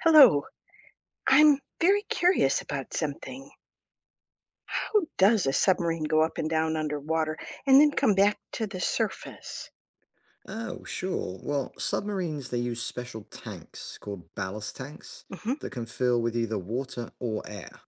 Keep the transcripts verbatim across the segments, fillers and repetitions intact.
Hello. I'm very curious about something. How does a submarine go up and down underwater and then come back to the surface? Oh, sure. Well, submarines, they use special tanks called ballast tanks Hmm. that can fill with either water or air.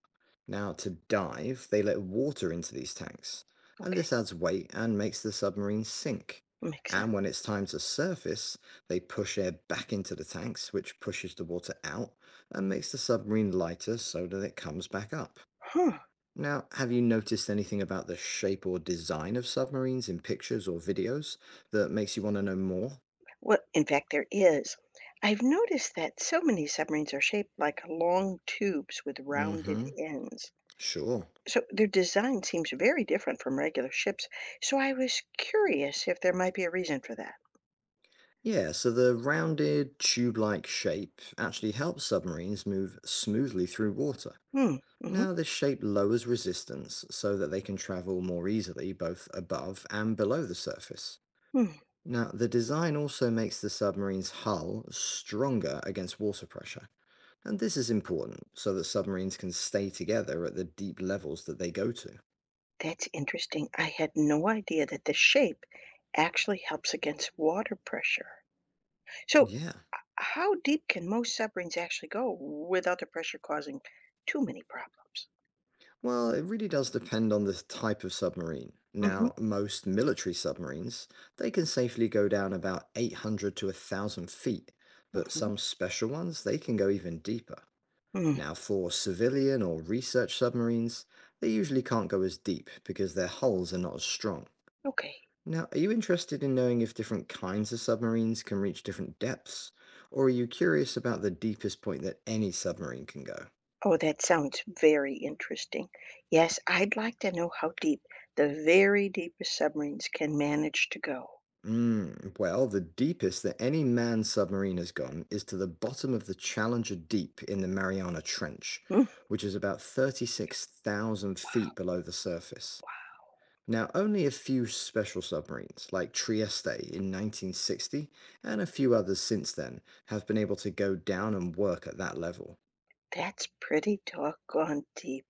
Now, to dive, they let water into these tanks, and Okay, this adds weight and makes the submarine sink. makes sense. And when it's time to surface, they push air back into the tanks, which pushes the water out and makes the submarine lighter so that it comes back up. Huh. Now, have you noticed anything about the shape or design of submarines in pictures or videos that makes you want to know more? Well, in fact, there is. I've noticed that so many submarines are shaped like long tubes with rounded Mm-hmm. ends. Sure. So their design seems very different from regular ships. So I was curious if there might be a reason for that. Yeah, so the rounded tube-like shape actually helps submarines move smoothly through water. Hmm. Mm-hmm. Now, this shape lowers resistance so that they can travel more easily both above and below the surface. Hmm. Now, the design also makes the submarine's hull stronger against water pressure. And this is important so that submarines can stay together at the deep levels that they go to. That's interesting. I had no idea that the shape actually helps against water pressure. So, Yeah. how deep can most submarines actually go without the pressure causing too many problems? Well, it really does depend on the type of submarine. Mm-hmm. Now, most military submarines, they can safely go down about eight hundred to one thousand feet, but Mm-hmm. some special ones, they can go even deeper. Mm. Now, for civilian or research submarines, they usually can't go as deep because their hulls are not as strong. Okay. Now, are you interested in knowing if different kinds of submarines can reach different depths, or are you curious about the deepest point that any submarine can go? Oh, that sounds very interesting. Yes, I'd like to know how deep the very deepest submarines can manage to go. Mm, well, the deepest that any manned submarine has gone is to the bottom of the Challenger Deep in the Mariana Trench, Mm, which is about thirty-six thousand feet below the surface. Now, only a few special submarines, like Trieste in nineteen sixty and a few others since then, have been able to go down and work at that level. that's pretty doggone deep.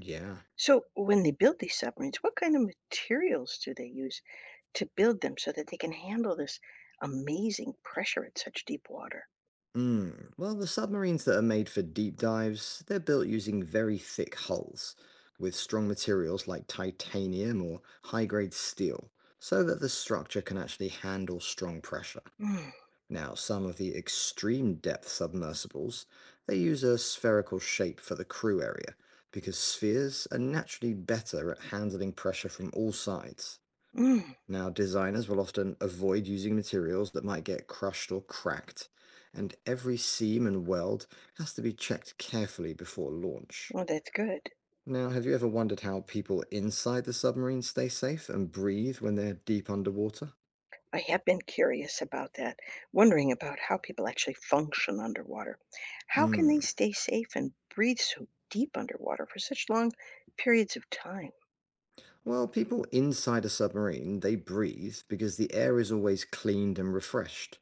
Yeah. So, when they build these submarines, what kind of materials do they use to build them so that they can handle this amazing pressure at such deep water? Mm. Well, the submarines that are made for deep dives, they're built using very thick hulls with strong materials like titanium or high-grade steel, so that the structure can actually handle strong pressure. Mm, Now, some of the extreme depth submersibles, they use a spherical shape for the crew area because spheres are naturally better at handling pressure from all sides. mm. Now, designers will often avoid using materials that might get crushed or cracked, and every seam and weld has to be checked carefully before launch. Well, that's good. Now, have you ever wondered how people inside the submarine stay safe and breathe when they're deep underwater? I have been curious about that, wondering about how people actually function underwater. How can Mm. they stay safe and breathe so deep underwater for such long periods of time? Well, people inside a submarine, they breathe because the air is always cleaned and refreshed.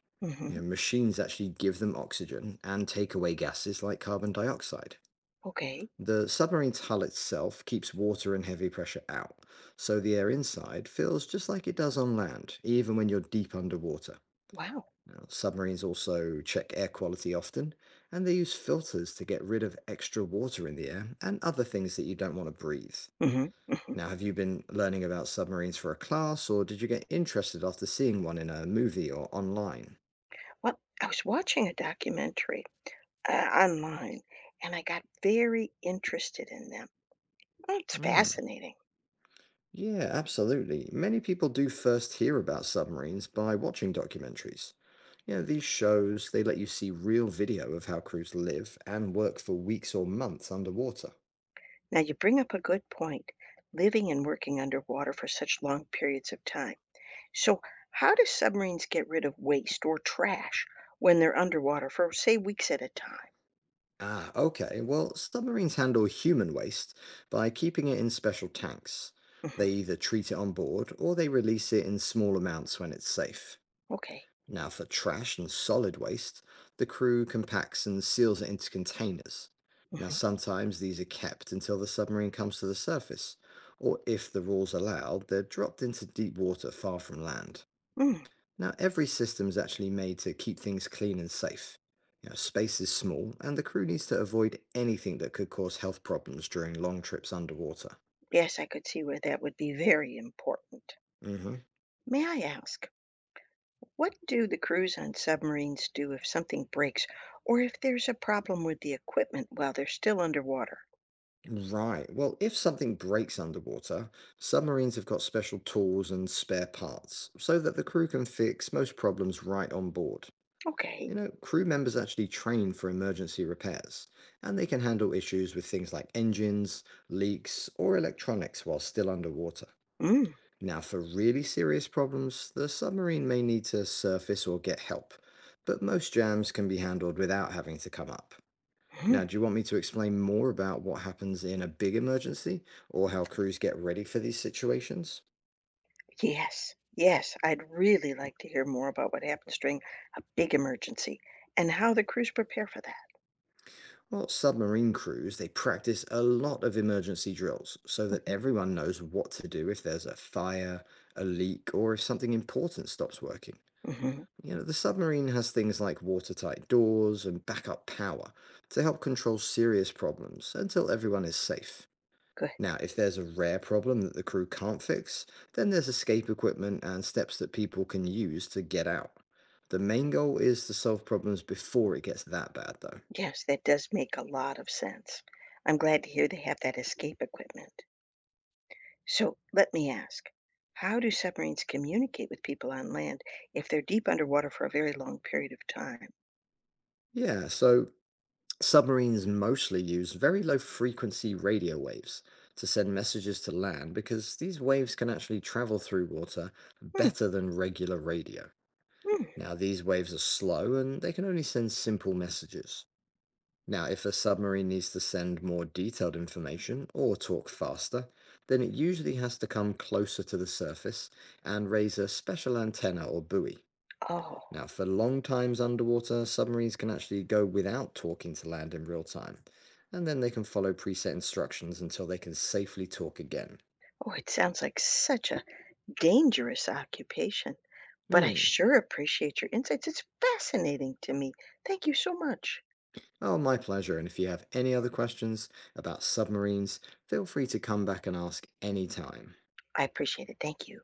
You know, Hmm. machines actually give them oxygen and take away gases like carbon dioxide. Okay. The submarine's hull itself keeps water and heavy pressure out, so the air inside feels just like it does on land, even when you're deep underwater. Wow. Now, submarines also check air quality often, and they use filters to get rid of extra water in the air and other things that you don't want to breathe. Hmm, hmm. Now, have you been learning about submarines for a class, or did you get interested after seeing one in a movie or online? Well, I was watching a documentary uh, online and I got very interested in them. It's Mm. fascinating. Yeah, absolutely. Many people do first hear about submarines by watching documentaries. Yeah, these shows, they let you see real video of how crews live and work for weeks or months underwater. Now, you bring up a good point, living and working underwater for such long periods of time. So, how do submarines get rid of waste or trash when they're underwater for, say, weeks at a time? Ah, okay. Well, submarines handle human waste by keeping it in special tanks. They Hmm. either treat it on board or they release it in small amounts when it's safe. Okay. Now, for trash and solid waste, the crew compacts and seals it into containers. Now, Hmm. sometimes these are kept until the submarine comes to the surface, or if the rules allow, they're dropped into deep water far from land. Mm. Now, every system is actually made to keep things clean and safe. You know, space is small, and the crew needs to avoid anything that could cause health problems during long trips underwater. Yes, I could see where that would be very important. Hmm. May I ask, what do the crews on submarines do if something breaks or if there's a problem with the equipment while they're still underwater? Right. Well, if something breaks underwater, submarines have got special tools and spare parts so that the crew can fix most problems right on board. Okay. You know, crew members actually train for emergency repairs, and they can handle issues with things like engines, leaks, or electronics while still underwater. Mm-hmm. Now, for really serious problems, the submarine may need to surface or get help, but most jams can be handled without having to come up. Now, do you want me to explain more about what happens in a big emergency or how crews get ready for these situations? Yes, yes, I'd really like to hear more about what happens during a big emergency and how the crews prepare for that. Well, submarine crews, they practice a lot of emergency drills so that Mhm. everyone knows what to do if there's a fire, a leak, or if something important stops working. Mhm. You know, the submarine has things like watertight doors and backup power to help control serious problems until everyone is safe. Good. Now, if there's a rare problem that the crew can't fix, then there's escape equipment and steps that people can use to get out. The main goal is to solve problems before it gets that bad, though. Yes, that does make a lot of sense. I'm glad to hear they have that escape equipment. So let me ask, how do submarines communicate with people on land if they're deep underwater for a very long period of time? Yeah, so submarines mostly use very low frequency radio waves to send messages to land because these waves can actually travel through water Hmm. better than regular radio. Hmm. Now, these waves are slow and they can only send simple messages. Now, if a submarine needs to send more detailed information or talk faster, then it usually has to come closer to the surface and raise a special antenna or buoy. Oh, Now, for long times underwater, submarines can actually go without talking to land in real time, and then they can follow preset instructions until they can safely talk again. oh, it sounds like such a dangerous occupation. But I Hmm. sure appreciate your insights. It's fascinating to me. Thank you so much. Oh, my pleasure. And if you have any other questions about submarines, feel free to come back and ask anytime. I appreciate it. Thank you.